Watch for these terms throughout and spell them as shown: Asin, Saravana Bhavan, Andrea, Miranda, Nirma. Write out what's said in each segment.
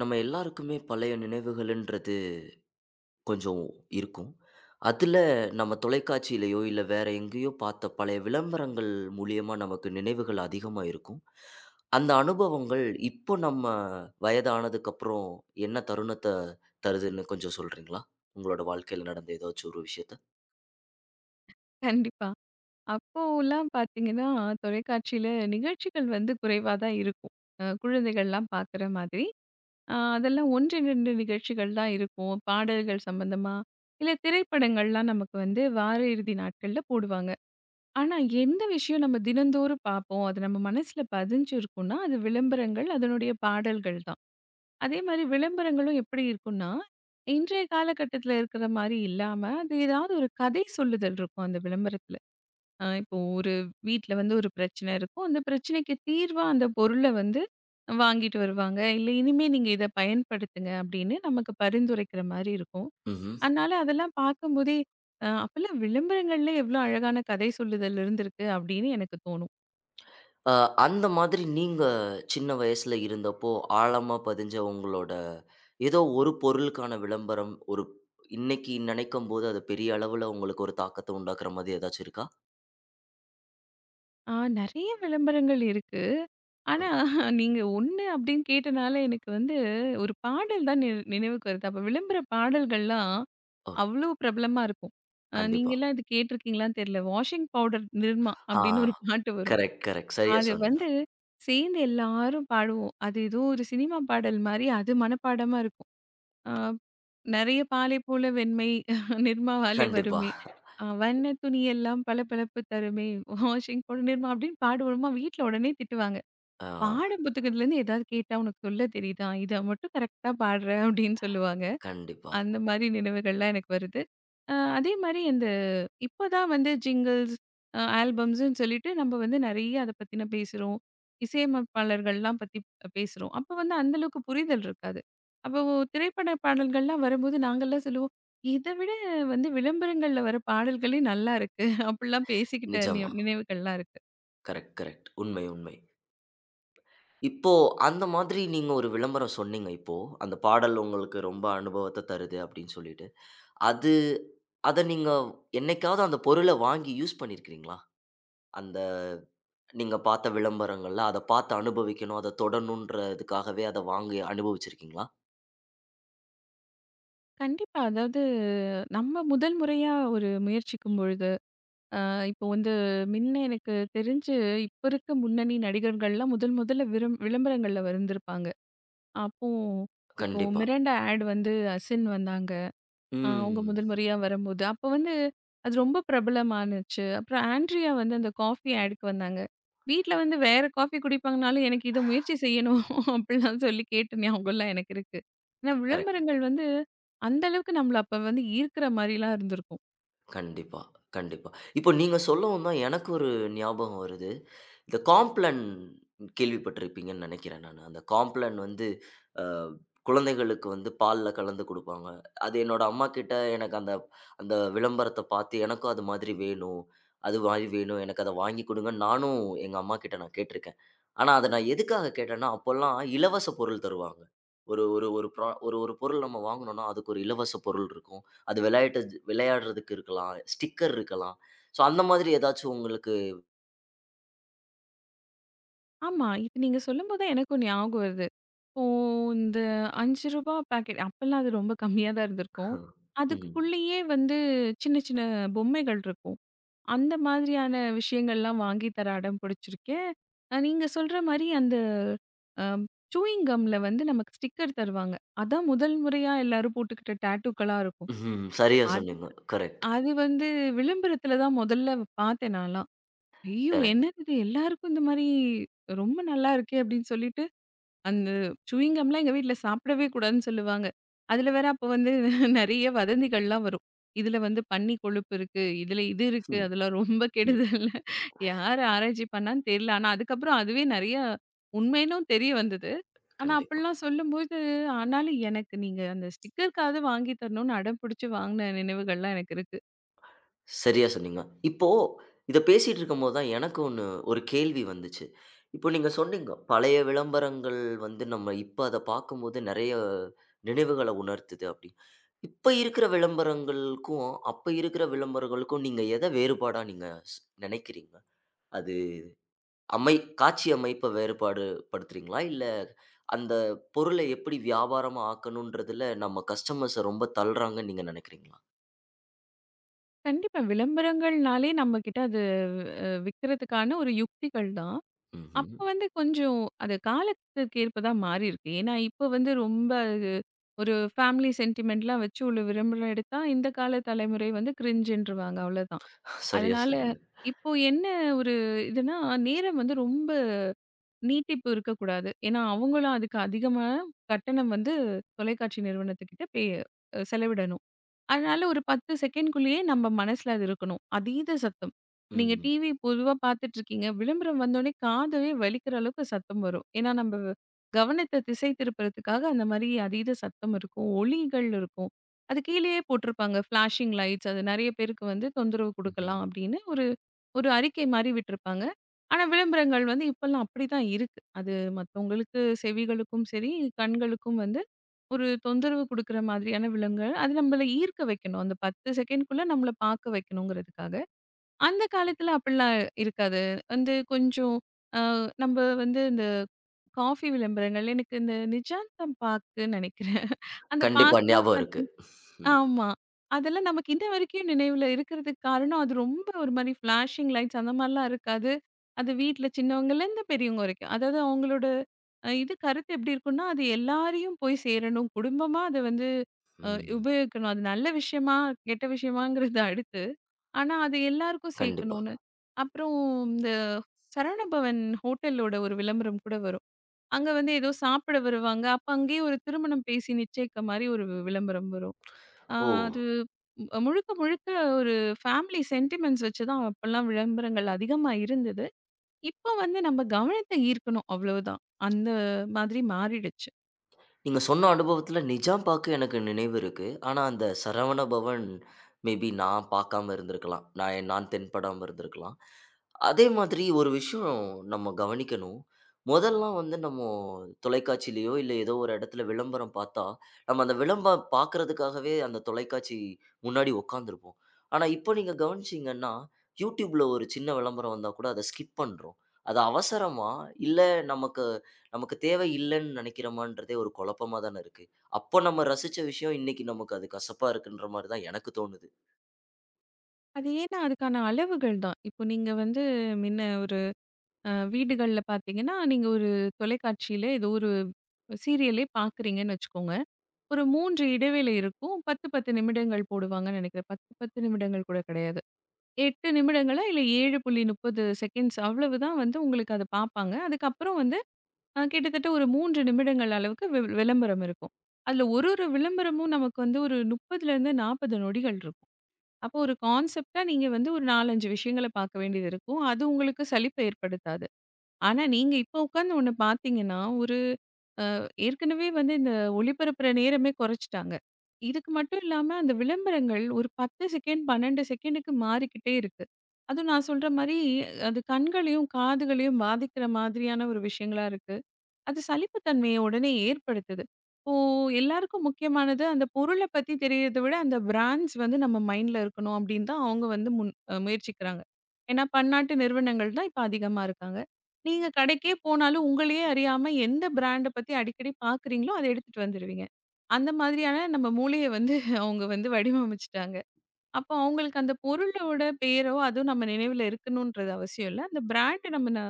நம்ம எல்லாருக்குமே பழைய நினைவுகள்ன்றது கொஞ்சம் இருக்கும். அதுல நம்ம தொலைக்காட்சியிலயோ, இல்ல வேற எங்கேயோ பார்த்த பழைய விளம்பரங்கள் மூலியமா நமக்கு நினைவுகள் அதிகமா இருக்கும். அந்த அனுபவங்கள் இப்போ நம்ம வயதானதுக்கப்புறம் என்ன தருணத்த தருதுன்னு கொஞ்சம் சொல்றீங்களா? உங்களோட வாழ்க்கையில நடந்த ஏதாச்சும் ஒரு விஷயத்த? கண்டிப்பா. அப்போலாம் பார்த்தீங்கன்னா, தொலைக்காட்சியில நிகழ்ச்சிகள் வந்து குறைவா தான் இருக்கும். குழந்தைகள்லாம் பார்க்குற மாதிரி. அதெல்லாம் 1, 2 நிகழ்ச்சிகள் தான் இருக்கும். பாடல்கள் சம்மந்தமா, இல்ல திரைப்படங்கள்லாம் நமக்கு வந்து வார இறுதி நாட்கள்ல போடுவாங்க. ஆனா, எந்த விஷயம் நம்ம தினந்தோறும் பார்ப்போம், அது நம்ம மனசுல பதிஞ்சு இருக்கும்னா, அது விளம்பரங்கள், அதனுடைய பாடல்கள் தான். அதே மாரி விளம்பரங்களும் எப்படி இருக்கும்னா, இன்றைய காலகட்டத்தில இருக்கிற மாரி இல்லாம, அது ஏதாவது ஒரு கதை சொல்லுதல் இருக்கும் அந்த விளம்பரத்தில. இப்போ ஒரு வீட்ல வந்து ஒரு பிரச்சனை இருக்கும். அந்த பிரச்சனைக்கு தீர்வா அந்த பொருள வந்து வாங்கிட்டு வருவாங்க. இல்ல இனிமே நீங்க இத பயன்படுத்துங்க அப்படின்னு நமக்கு பரிந்துரைக்கிற மாரி இருக்கும். ம்ஹ்ம். அதனால அதெல்லாம் பார்க்கும்போதே, அப்பலாம் விளம்பரங்கள்ல எவ்ளோ அழகான கதை சொல்லுதல் இருந்திருக்கு அப்படின்னு எனக்கு தோணும். அ அந்த மாதிரி நீங்க சின்ன வயசுல இருந்தப்போ, ஆழமா பதிஞ்ச உங்களோட ஏதோ ஒரு பொருளுக்கான விளம்பரம், ஒரு இன்னைக்கு நினைக்கும்போது அது பெரிய அளவுல உங்களுக்கு ஒரு தாக்கத்த உண்டாக்குற மாதிரி ஏதாச்சும் இருக்கா? ஆ, நெறைய விளம்பரங்கள் இருக்கு. ஓ! ஆனா நீங்க ஒண்ணு அப்படின்னு கேட்டனால எனக்கு வந்து ஒரு பாடல் தான் நினைவுக்கு வருது. அப்ப விளம்பர பாடல்கள்லாம் ஓ! அவ்ளோ பிரபலமா இருக்கும். கண்டிப்பா. நீங்கலாம் இது கேட்டுருக்கீங்களான்னு தெரியல. வாஷிங் பவுடர் நிர்மா ஆ அப்படின்னு ஒரு பாட்டு வரும். Correct, correct. சரியா அது சொன்னீங்க. வந்து சேர்ந்து எல்லாரும் பாடுவோம். அது ஏதோ ஒரு சினிமா பாடல் மாரி அது மனப்பாடமா இருக்கும். அ நெறைய பாலை போல வெண்மை நிர்மாவாலே கண்டிப்பா. வருமே. வண்ண துணியெல்லாம் பளபளப்பு தருமே. வாஷிங் பவுடர் நிர்மா அப்படின்னு பாடுவோமா, வீட்ல உடனே திட்டுவாங்க. ஆ பாட புத்தகத்துலேருந்து ஏதாவது கேட்டா உனக்கு சொல்ல தெரியுதா? இத மட்டும் கரெக்ட்டா பாடுற அப்படின்னு சொல்லுவாங்க. கண்டிப்பா. அந்த மாரி நினைவுகள்லாம் எனக்கு வருது. அதே மாரி அந்த இப்ப தான் வந்து ஜிங்கிள்ஸ், ஆல்பம்ஸ்ன்னு சொல்லிட்டு நம்ம வந்து நெறைய அத பத்தின பேசுறோம். இசையமைப்பாளர்கள்லாம் பத்தி பேசுறோம். அப்ப வந்து அந்த அளவுக்கு புரிதல் இருக்காது. அப்போ திரைப்பட பாடல்கள்லாம் வரும்போது நாங்கலாம் சொல்லுவோம், "இத விட வந்து விளம்பரங்கள்ல வர பாடல்களே நல்லா இருக்கு." அப்படிலாம் பேசிக்கிட்ட நிஜமா. நினைவுகள்லாம் இருக்கு. Correct, correct. உண்மை, உண்மை. இப்போ அந்த மாதிரி நீங்க ஒரு விளம்பரம் சொன்னீங்க இப்போ. அந்த பாடல் உங்களுக்கு ரொம்ப அனுபவத்த தருது அப்படின்னு சொல்லிட்டு. அது அத நீங்க என்னைக்காவது அந்த பொருள வாங்கி யூஸ் பண்ணியிருக்கிறீங்களா? அந்த நீங்க பார்த்த விளம்பரங்கள்ல அத பார்த்து அனுபவிக்கணும், அத தொடணுன்றதுக்காகவே அத வாங்கி அனுபவிச்சிருக்கீங்களா? கண்டிப்பா. அதாவது நம்ம முதல் முறையா ஒரு முயற்சிக்கும் பொழுது அ இப்போ வந்து முன்ன எனக்கு தெரிஞ்சு, இப்ப இருக்க முன்னணி நடிகர்கள்லாம் முதல் முதல்ல விளம்பரங்கள்ல வந்திருப்பாங்க. அப்போ இப்போ கண்டிப்பா. மிராண்டா ஆட் வந்து அசின் வந்தாங்க. அவங்க ம். முதல் முறையா வரும்போது, அப்ப வந்து அது ரொம்ப பிரபலமானுச்சு. அப்புறம் ஆண்ட்ரியா வந்து அந்த காஃபி ஆடுக்கு வந்தாங்க. வீட்ல வந்து வேற காஃபி குடிப்பாங்கனாலும், எனக்கு இத முயற்சி செய்யணும் அப்படிலாம் சொல்லி கேட்ட ஞாபகம்லாம் எனக்கு இருக்கு. ஏன்னா கரெக்ட். விளம்பரங்கள் வந்து அந்த அளவுக்கு நம்மள அப்ப வந்து ஈர்க்கிற மாரிலாம் இருந்திருக்கும். கண்டிப்பா, கண்டிப்பா. இப்போ நீங்க சொல்லவும் தான் எனக்கு ஒரு ஞாபகம் வருது. இந்த காம்ப்ளான் கேள்விப்பட்டிருப்பீங்கன்னு நெனைக்கிறேன் நானு. அந்த காம்ப்ளான் வந்து அ குழந்தைகளுக்கு வந்து பால்ல கலந்து குடுப்பாங்க. அது என்னோட அம்மாகிட்ட எனக்கு அந்த அந்த விளம்பரத்த பார்த்து எனக்கும் அது மாதிரி வேணும். அது மாரி வேணும். எனக்கு அத வாங்கி குடுங்கன்னு நானும் எங்க அம்மாகிட்ட நான் கேட்டிருக்கேன். ஆனா, அத நான் எதுக்காக கேட்டேன்னா, அப்போலாம் இலவச பொருள் தருவாங்க. ஒரு ஒரு ஒரு ப்ரா ஒரு ஒரு பொருள் நம்ம வாங்குனோம்னா, அதுக்கு ஒரு இலவச பொருள் இருக்கும். அது விளையாட்டு விளையாடுறதுக்கு இருக்கலாம். ஸ்டிக்கர் இருக்கலாம். ஸோ அந்த மாதிரி ஏதாச்சும் உங்களுக்கு ஆமா, இப்ப நீங்க சொல்லும்போது தான் எனக்கும் ஞாபகம் வருது. ஓ! இந்த ரூ. 5 பாக்கெட். அப்பல்லாம் அது ரொம்ப கம்மியா தான் இருந்திருக்கும். ம். அதுக்குள்ளேயே வந்து சின்ன சின்ன பொம்மைகள் இருக்கும். அந்த மாதிரியான விஷயங்கள்லாம் வாங்கி தர அடம் பிடிச்சிருக்கேன். நீங்க சொல்ற மாரி அந்த அ சூயிங் கம்ல வந்து நமக்கு ஸ்டிக்கர் தருவாங்க. அதான் முதல் முறையா எல்லாரும் போட்டுக்கிட்ட டாட்டூக்களா இருக்கும். ம். சரியா அது சொன்னீங்க. கரெக்ட், அது வந்து விளம்பரத்தில தான் முதல்ல பார்த்தேன் நான்லாம். ஐயோ! கரெக்ட். என்னது இது எல்லாருக்கும் இந்த மாரி ரொம்ப நல்லா இருக்கே! அப்படின்னு சொல்லிட்டு அந்த சூயிங் கம்லாம் எங்க வீட்ல சாப்பிடவே கூடாதுன்னு சொல்லுவாங்க. அதுல வேற அப்போ வந்து நெறைய வதந்திகள்லாம் வரும். இதுல வந்து பன்னி கொழுப்பு இருக்கு. இதுல இது இருக்கு. ம். அதெல்லாம் ரொம்ப ம். கெடுதல். யார் ஆராய்ச்சி பண்ணான்னு தெரியல. ஆனா அதுக்கப்புறம் அதுவே நெறைய உண்மைன்னும் தெரிய வந்தது. ஆனா கண்டிப்பா. அப்படிலாம் சொல்லும்போது, ஆனாலும் எனக்கு நீங்க அந்த ஸ்டிக்கருக்காவது வாங்கி தரணும்னு அடம் பிடிச்சு வாங்குன நினைவுகள்லாம் எனக்கு இருக்கு. சரியா சொன்னீங்க. இப்போ இத பேசிட்டு இருக்கும்போது தான் எனக்கு ஒரு கேள்வி வந்துச்சு. இப்போ நீங்க சொன்னீங்க, பழைய விளம்பரங்கள் வந்து நம்ம இப்ப அத பார்க்கும்போது நெறைய நினைவுகள உணர்த்துது அப்டி. இப்ப இருக்கிற விளம்பரங்களுக்கும், அப்ப இருக்கிற விளம்பரங்களுக்கும் நீங்க எத வேறுபாடா நீங்க நெனைக்கிறீங்க? அது அமை காட்சி அமைப்ப வேறுபாடு படுத்துறீங்களா? இல்ல அந்த பொருள எப்படி வியாபாரமா ஆக்கணுன்றதுல நம்ம கஸ்டமர்ஸ ரொம்ப தள்றாங்கன்னு நீங்க நினைக்கிறீங்களா? கண்டிப்பா விளம்பரங்கள்னாலே நம்ம கிட்ட அது விக்கிறதுக்கான ஒரு யுக்திகள் தான். ம்ஹ்ம். அப்ப வந்து கொஞ்சம் அது காலத்திற்கு ஏற்ப தான் மாறியிருக்கு. ஏன்னா, இப்ப வந்து ரொம்ப அது ஒரு ஃபேமிலி சென்டிமென்ட்லாம் வச்சு உள்ள விளம்பரம் எடுத்தா, இந்த கால தலைமுறை வந்து கிரிஞ்சுன்றுவாங்க அவ்வளோதான். சரியா அதனால சொன்னீங்க. இப்போ என்ன ஒரு இதுன்னா, நேரம் வந்து ரொம்ப நீட்டிப்பு இருக்கக்கூடாது. ஏன்னா, அவங்களும் அதுக்கு அதிகமா கட்டணம் வந்து தொலைக்காட்சி நிறுவனத்துக்கிட்ட செலவிடணும். அதனால ஒரு 10 செகண்ட்குள்ளேயே நம்ம மனசுல அது இருக்கணும். அதீத சத்தம். நீங்க ம். டிவி பொதுவா பார்த்துட்டுருக்கீங்க. விளம்பரம் வந்தோனே காதவே வலிக்கிற அளவுக்கு சத்தம் வரும். ஏன்னா, நம்ப கவனத்த திசை திருப்புறதுக்காக அந்த மாரி அதீத சத்தம் இருக்கும். ஒலிகள் இருக்கும். அது கீழயே போட்டிருப்பாங்க. ஃபிளாஷிங் லைட்ஸ் அது நெறைய பேருக்கு வந்து தொந்தரவு ம்ஹ்ம். குடுக்கலாம் அப்படின்னு ஒரு ஒரு அறிக்கை மாரி விட்டுருப்பாங்க. ஆனா, விளம்பரங்கள் வந்து இப்பல்லாம் அப்படிதான் இருக்கு. அது மத்தவங்களுக்கு செவிகளுக்கும் சரி, கண்களுக்கும் வந்து ஒரு தொந்தரவு குடுக்குற மாதிரியான விலங்குகள். அது நம்மள ஈர்க்க வைக்கணும். அந்த 10 செகண்ட்குள்ள நம்மள பார்க்க வைக்கணுங்கிறதுக்காக. அந்த காலத்துல அப்படிலாம் இருக்காது. வந்து கொஞ்சம் அ நம்ப வந்து இந்த காஃபி விளம்பரங்கள் எனக்கு இந்த நிஜாந்தம் பாக்குன்னு நெனைக்கிறேன். அந்த கண்டிப்பா பார்க்லாம் ஞாபகம் இருக்கு. பாத்தீங்கன்னா ம். ஆமா. அதெல்லாம் நமக்கு இன்ன வரைக்கும் நினைவுல இருக்கிறதுக்கு காரணம், அது ரொம்ப ஒரு மாரி ஃபிளாஷிங் லைட்ஸ் அந்த மாரிலாம் இருக்காது. அது வீட்ல சின்னவங்கலேருந்து பெரியவங்க வரைக்கும். அதாவது அவங்களோட இது கருத்து எப்படி இருக்கும்னா, அது எல்லாரையும் போய் சேரணும். குடும்பமா அத வந்து அ ம். உபயோகிக்கணும். அது நல்ல விஷயமா, கெட்ட விஷயமாங்கிறது அடுத்து. ஆனா அது எல்லாருக்கும் கண்டிப்பா. சேர்க்கணும்னு. அப்புறம் இந்த சரவணபவன் ஹோட்டலோட ஒரு விளம்பரம் கூட வரும். அங்க வந்து ஏதோ சாப்பிட வருவாங்க. அப்ப அங்கேயே ஒரு திருமணம் பேசி நிச்சயிக்க மாரி ஒரு விளம்பரம் வரும். ஆ, ஓ! அது முழுக்க, முழுக்க ஒரு ஃபேமிலி சென்டிமெண்ட்ஸ் வச்சு தான் அப்பலாம் விளம்பரங்கள் அதிகமா இருந்தது. இப்ப வந்து நம்ம கவனத்த ஈர்க்கணும் அவ்வளவுதான். அந்த மாதிரி மாறிடுச்சு. நீங்க சொன்ன அனுபவத்துல நிஜாம் பாக்கு எனக்கு நினைவு இருக்கு. ஆனா, அந்த சரவண பவன் மேபி நான் பார்க்காம இருந்திருக்கலாம். நான் நான் தென்படாம இருந்திருக்கலாம். அதே மாதிரி ஒரு விஷயம் நம்ம கவனிக்கணும். முதல்லாம் வந்து நம்ம தொலைக்காட்சியிலயோ, இல்ல ஏதோ ஒரு இடத்துல விளம்பரம் பார்த்தா, நம்ம அந்த விளம்பரம் பார்க்கறதுக்காகவே அந்த தொலைக்காட்சி முன்னாடி உட்காந்துருப்போம். ஆனா, இப்போ நீங்க கவனிச்சீங்கன்னா, YouTubeல ஒரு சின்ன விளம்பரம் வந்தா கூட அத ஸ்கிப் பண்றோம். அது அவசரமா, இல்ல நமக்கு நமக்கு தேவை இல்லன்னு நினைக்கிறோமான்றதே ஒரு குழப்பமா தானே இருக்கு. அப்போ நம்ம ரசிச்ச விஷயம் இன்னைக்கு நமக்கு அது கசப்பா இருக்குன்ற மாரி தான் எனக்கு தோணுது. அது ஏன்னா அதுக்கான அளவுகள் தான். இப்போ நீங்க வந்து முன்ன ஒரு வீடுகள்ல பார்த்தீங்கன்னா, நீங்க ஒரு தொலைக்காட்சியில ஏதோ ஒரு சீரியலே பார்க்குறீங்கன்னு வச்சுக்கோங்க. ஒரு 3 இடைவேளை இருக்கும். 10, 10 நிமிடங்கள் போடுவாங்கன்னு நினைக்கிறேன். 10, 10 நிமிடங்கள் கூட கிடையாது. 8 நிமிடங்களா இல்ல 7.30 செகண்ட்ஸ் அவ்வளவுதான் வந்து உங்களுக்கு அத பார்ப்பாங்க. அதுக்கப்புறம் வந்து கிட்டத்தட்ட ஒரு 3 நிமிடங்கள் அளவுக்கு விளம்பரம் இருக்கும். அதுல ஒரு ஒரு விளம்பரமும் நமக்கு வந்து ஒரு 30லேருந்து 40 நொடிகள் இருக்கும். அப்போ ஒரு கான்செப்ட்டா நீங்க வந்து ஒரு 4, 5 விஷயங்கள பார்க்க வேண்டியது இருக்கும். அது உங்களுக்கு சலிப்ப ஏற்படுத்தாது. ஆனா, நீங்க இப்போ உட்கார்ந்து ஒண்ணு பார்த்தீங்கன்னா, ஒரு ஏற்கனவே வந்து இந்த ஒளிபரப்புற நேரமே குறைச்சிட்டாங்க. இதுக்கு மட்டும் இல்லாம அந்த விளம்பரங்கள் ஒரு 10 செகண்ட், 12 செகண்டுக்கு மாறிக்கிட்டே இருக்கு. அதுவும் நான் சொல்ற மாரி அது கண்களையும், காதுகளையும் பாதிக்கிற மாதிரியான ஒரு விஷயங்களா இருக்கு. அது சலிப்புத்தன்மைய உடனே ஏற்படுத்துது. இப்போ எல்லாருக்கும் முக்கியமானது அந்த பொருள பத்தி தெரியறத விட, அந்த பிராண்ட்ஸ் வந்து நம்ம மைண்ட்ல இருக்கணும் அப்படின்னு தான் அவங்க வந்து முன் அ முயற்சிக்கிறாங்க. ஏன்னா பன்னாட்டு நிறுவனங்கள் தான் இப்ப அதிகமா இருக்காங்க. நீங்க கடைக்கே போனாலும் உங்களையே அறியாம எந்த பிராண்ட பத்தி அடிக்கடி பார்க்குறீங்களோ, அத எடுத்துட்டு வந்துருவீங்க. அந்த மாதிரியான நம்ம மூளைய வந்து அவங்க வந்து வடிவமைச்சுட்டாங்க. அப்போ அவங்களுக்கு அந்த பொருளோட பேரோ, அதுவும் நம்ம நினைவுல இருக்கணுன்றது அவசியம் இல்ல. அந்த பிராண்ட் நம்ம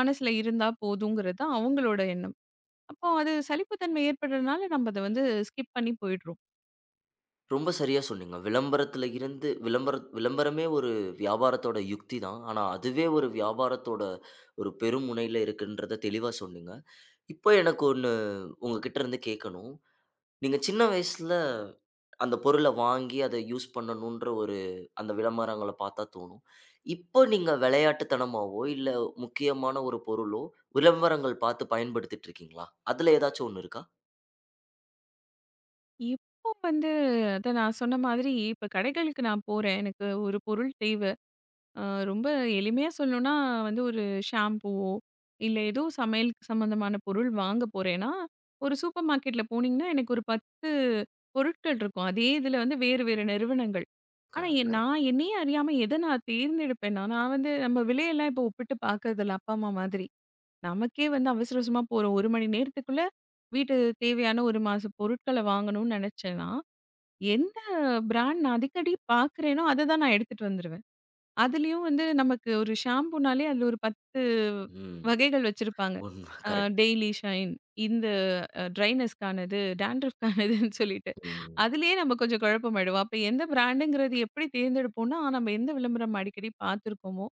மனசுல இருந்தா போதுங்கிறது தான் அவங்களோட எண்ணம். அப்போ அது சலிப்புத்தன்மை ஏற்படுறதுனால நம்ம அத வந்து ஸ்கிப் பண்ணி போயிடுறோம். ரொம்ப சரியா சொன்னீங்க. விளம்பரத்துல இருந்து விளம்பரமே ஒரு வியாபாரத்தோட யுக்தி தான். ஆனா, அதுவே ஒரு வியாபாரத்தோட ஒரு பெருமுனையில இருக்குன்றத தெளிவா சொன்னீங்க. இப்போ எனக்கு ஒண்ணு உங்ககிட்ட இருந்து கேட்கணும். நீங்க சின்ன வயசுல அந்த பொருள வாங்கி அத யூஸ் பண்ணணுன்ற அந்த விளம்பரங்கள பார்த்தா தோணும். இப்போ நீங்க விளையாட்டுத்தனமாவோ, இல்ல முக்கியமான ஒரு பொருளோ விளம்பரங்கள் பார்த்து பயன்படுத்திட்டு இருக்கீங்களா? அதுல ஏதாச்சும் ஒண்ணு இருக்கா? இப்போ வந்து அதான் நான் சொன்ன மாதிரி இப்ப கடைகளுக்கு நான் போறேன். எனக்கு ஒரு பொருள் தேவை. அ ரொம்ப எளிமையா சொல்லணும்னா வந்து ஒரு ஷாம்பூவோ, இல்ல ஏதோ சமையலுக்கு சம்மந்தமான பொருள் வாங்க போறேன்னா, ஒரு சூப்பர் மார்க்கெட்ல போனீங்கன்னா, எனக்கு ஒரு 10 பொருட்கள் இருக்கும். அதே இதுல வந்து வேறு வேறு நிறுவனங்கள். க ஆனா என் கரெக்ட். நான் என்னையே அறியாம எத நான் தேர்ந்தெடுப்பேன்னா, நான் வந்து நம்ம விலையெல்லாம் இப்போ ஒப்பிட்டு பார்க்கறதில்ல அப்பா, அம்மா மாதிரி. நமக்கே வந்து அவசர அவசரமா போறோம். 1 மணி நேரத்துக்குள்ள வீட்டு தேவையான 1 மாச பொருட்கள வாங்கணும்னு நெனச்சேன்னா, எந்த பிராண்ட் நான் அடிக்கடி பார்க்குறேனோ, அத தான் நான் எடுத்துட்டு வந்துருவேன். அதுலயும் வந்து நமக்கு ஒரு ஷாம்பூனாலே அதுல ஒரு 10 ம். வகைகள் வச்சிருப்பாங்க. உண்ம. அ கரெக்ட். டெய்லி ஷைன், இந்த ட்ரைனஸ்க்கானது, டாண்ட்ரஃப்கானதுன்னு சொல்லிட்டு. ம். அதுலயே நம்ம கொஞ்சம் குழப்பமாயிடுவோம். அப்ப எந்த பிராண்டுங்கிறது எப்படி தேர்ந்தெடுப்போம்னா, நம்ம எந்த விளம்பரம் அடிக்கடி பார்த்துருக்கோமோ,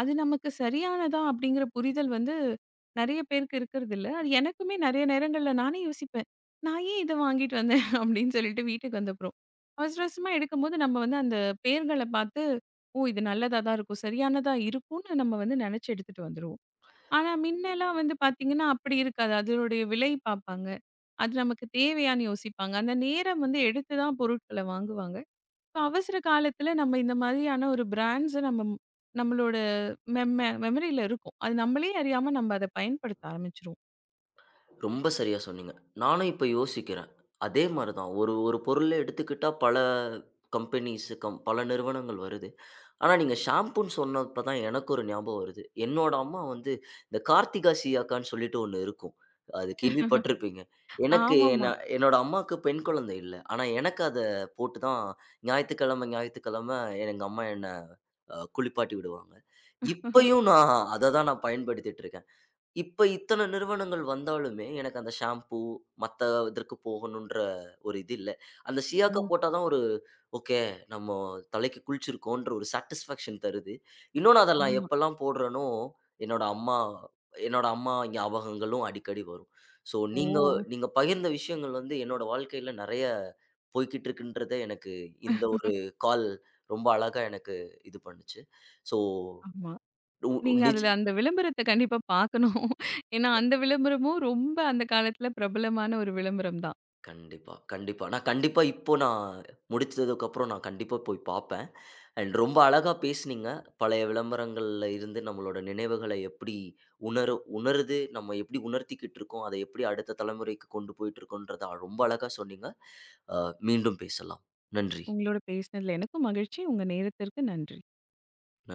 அது நமக்கு சரியானதா அப்படிங்கிற புரிதல் வந்து நெறைய பேருக்கு இருக்கறதில்ல. அது எனக்குமே நெறைய நேரங்கள்ல நானே யோசிப்பேன். நான் ஏன் இத வாங்கிட்டு வந்தேன் அப்படின்னு சொல்லிட்டு வீட்டுக்கு வந்தப்புறம். அவசர அவசரமா எடுக்கும்போது நம்ம வந்து அந்த பெயர்கள பார்த்து ஓ! இது நல்லதா தான் இருக்கும். சரியானதா இருக்கும்னு நம்ம வந்து நெனச்சு எடுத்துட்டு வந்துருவோம். ஆனா முன்னலாம் வந்து பார்த்தீங்கன்னா, அப்படி இருக்காது. அதனுடைய விலை பார்ப்பாங்க. அது நமக்கு தேவையான்னு யோசிப்பாங்க. அந்த நேரம் வந்து எடுத்து தான் பொருட்கள வாங்குவாங்க. இப்ப அவசர காலத்துல நம்ம இந்த மாதிரியான ஒரு பிராண்ட்ஸ நம்ம நம்மளோட மெமரியில இருக்கும். அது நம்மளே அறியாம நம்ம அத பயன்படுத்த ஆரம்பிச்சுருவோம். ரொம்ப சரியா சொன்னீங்க. நானும் இப்ப யோசிக்கிறேன். அதே மாரி தான். ஒரு ஒரு பொருள எடுத்துக்கிட்டா பல கம்பெனிஸ் கம் பல நிறுவனங்கள் வருது. ஆனா நீங்க ஷாம்பூன்னு சொன்னப்ப தான் எனக்கு ஒரு ஞாபகம் வருது. என்னோட அம்மா வந்து இந்த கார்த்திகா சீயாக்கான்னு சொல்லிட்டு ஒண்ணு இருக்கும். அது கேள்விப்பட்டிருப்பீங்க. எனக்கு ஆமாமா. என்ன என்னோட அம்மாக்கு பெண் குழந்தை இல்ல. ஆனா எனக்கு அத போட்டு தான் ஞாயித்துக்கிழமை, ஞாயித்துக்கிழமை எங்க அம்மா என்ன குளிப்பாட்டி விடுவாங்க. இப்பயும் நான் அத தான் நான் பயன்படுத்திட்டு இருக்கேன். இப்ப இத்தன நிறுவனங்கள் வந்தாலுமே, எனக்கு அந்த ஷாம்பூ, மத்த இதற்கு போகணுன்ற ஒரு இது இல்ல. அந்த ஓ! சியாக்கா போட்டா தான் ஒரு ஓகே, நம்ம தலைக்கு குளிச்சிருக்கோன்ற ஒரு சாட்டிஸ்ஃபாக்ஷன் தருது. இன்னொன்னு அத நான் ஆமா. எப்பலாம் போடுறேனோ, என்னோட அம்மா என்னோட அம்மா ஞாபகங்களும் அடிக்கடி வரும். ஸோ ஓ! நீங்க நீங்க பகிர்ந்த விஷயங்கள் வந்து என்னோட வாழ்க்கையில நெறைய போய்க்கிட்டு இருக்குன்றத எனக்கு இந்த ஒரு கால் ரொம்ப அழகா எனக்கு இது பண்ணுச்சு. ஸோ ஆமா. உ நீங்க நிஜ அதுல அந்த விளம்பரத்த கண்டிப்பா பார்க்கணும். ஏன்னா அந்த விளம்பரமும் ரொம்ப அந்த காலத்துல பிரபலமான ஒரு விளம்பரம் தான். கண்டிப்பா, கண்டிப்பா. நான் கண்டிப்பா இப்போ நான் முடிச்சதுக்கப்புறம் நான் கண்டிப்பா போய் பாப்பேன். அண்ட் ரொம்ப அழகா பேசுனீங்க. பழைய விளம்பரங்கள்ல இருந்து நம்மளோட நினைவுகள எப்படி உணருது, நம்ம எப்படி உணர்த்திக்கிட்டு இருக்கோம், அத எப்படி அடுத்த தலைமுறைக்கு கொண்டு போயிட்டு இருக்கோன்றத ரொம்ப அழகா சொன்னீங்க. அ மீண்டும் பேசலாம். நன்றி. உங்களோட பேசினதுல எனக்கும் மகிழ்ச்சி. உங்க நேரத்திற்கு நன்றி. ந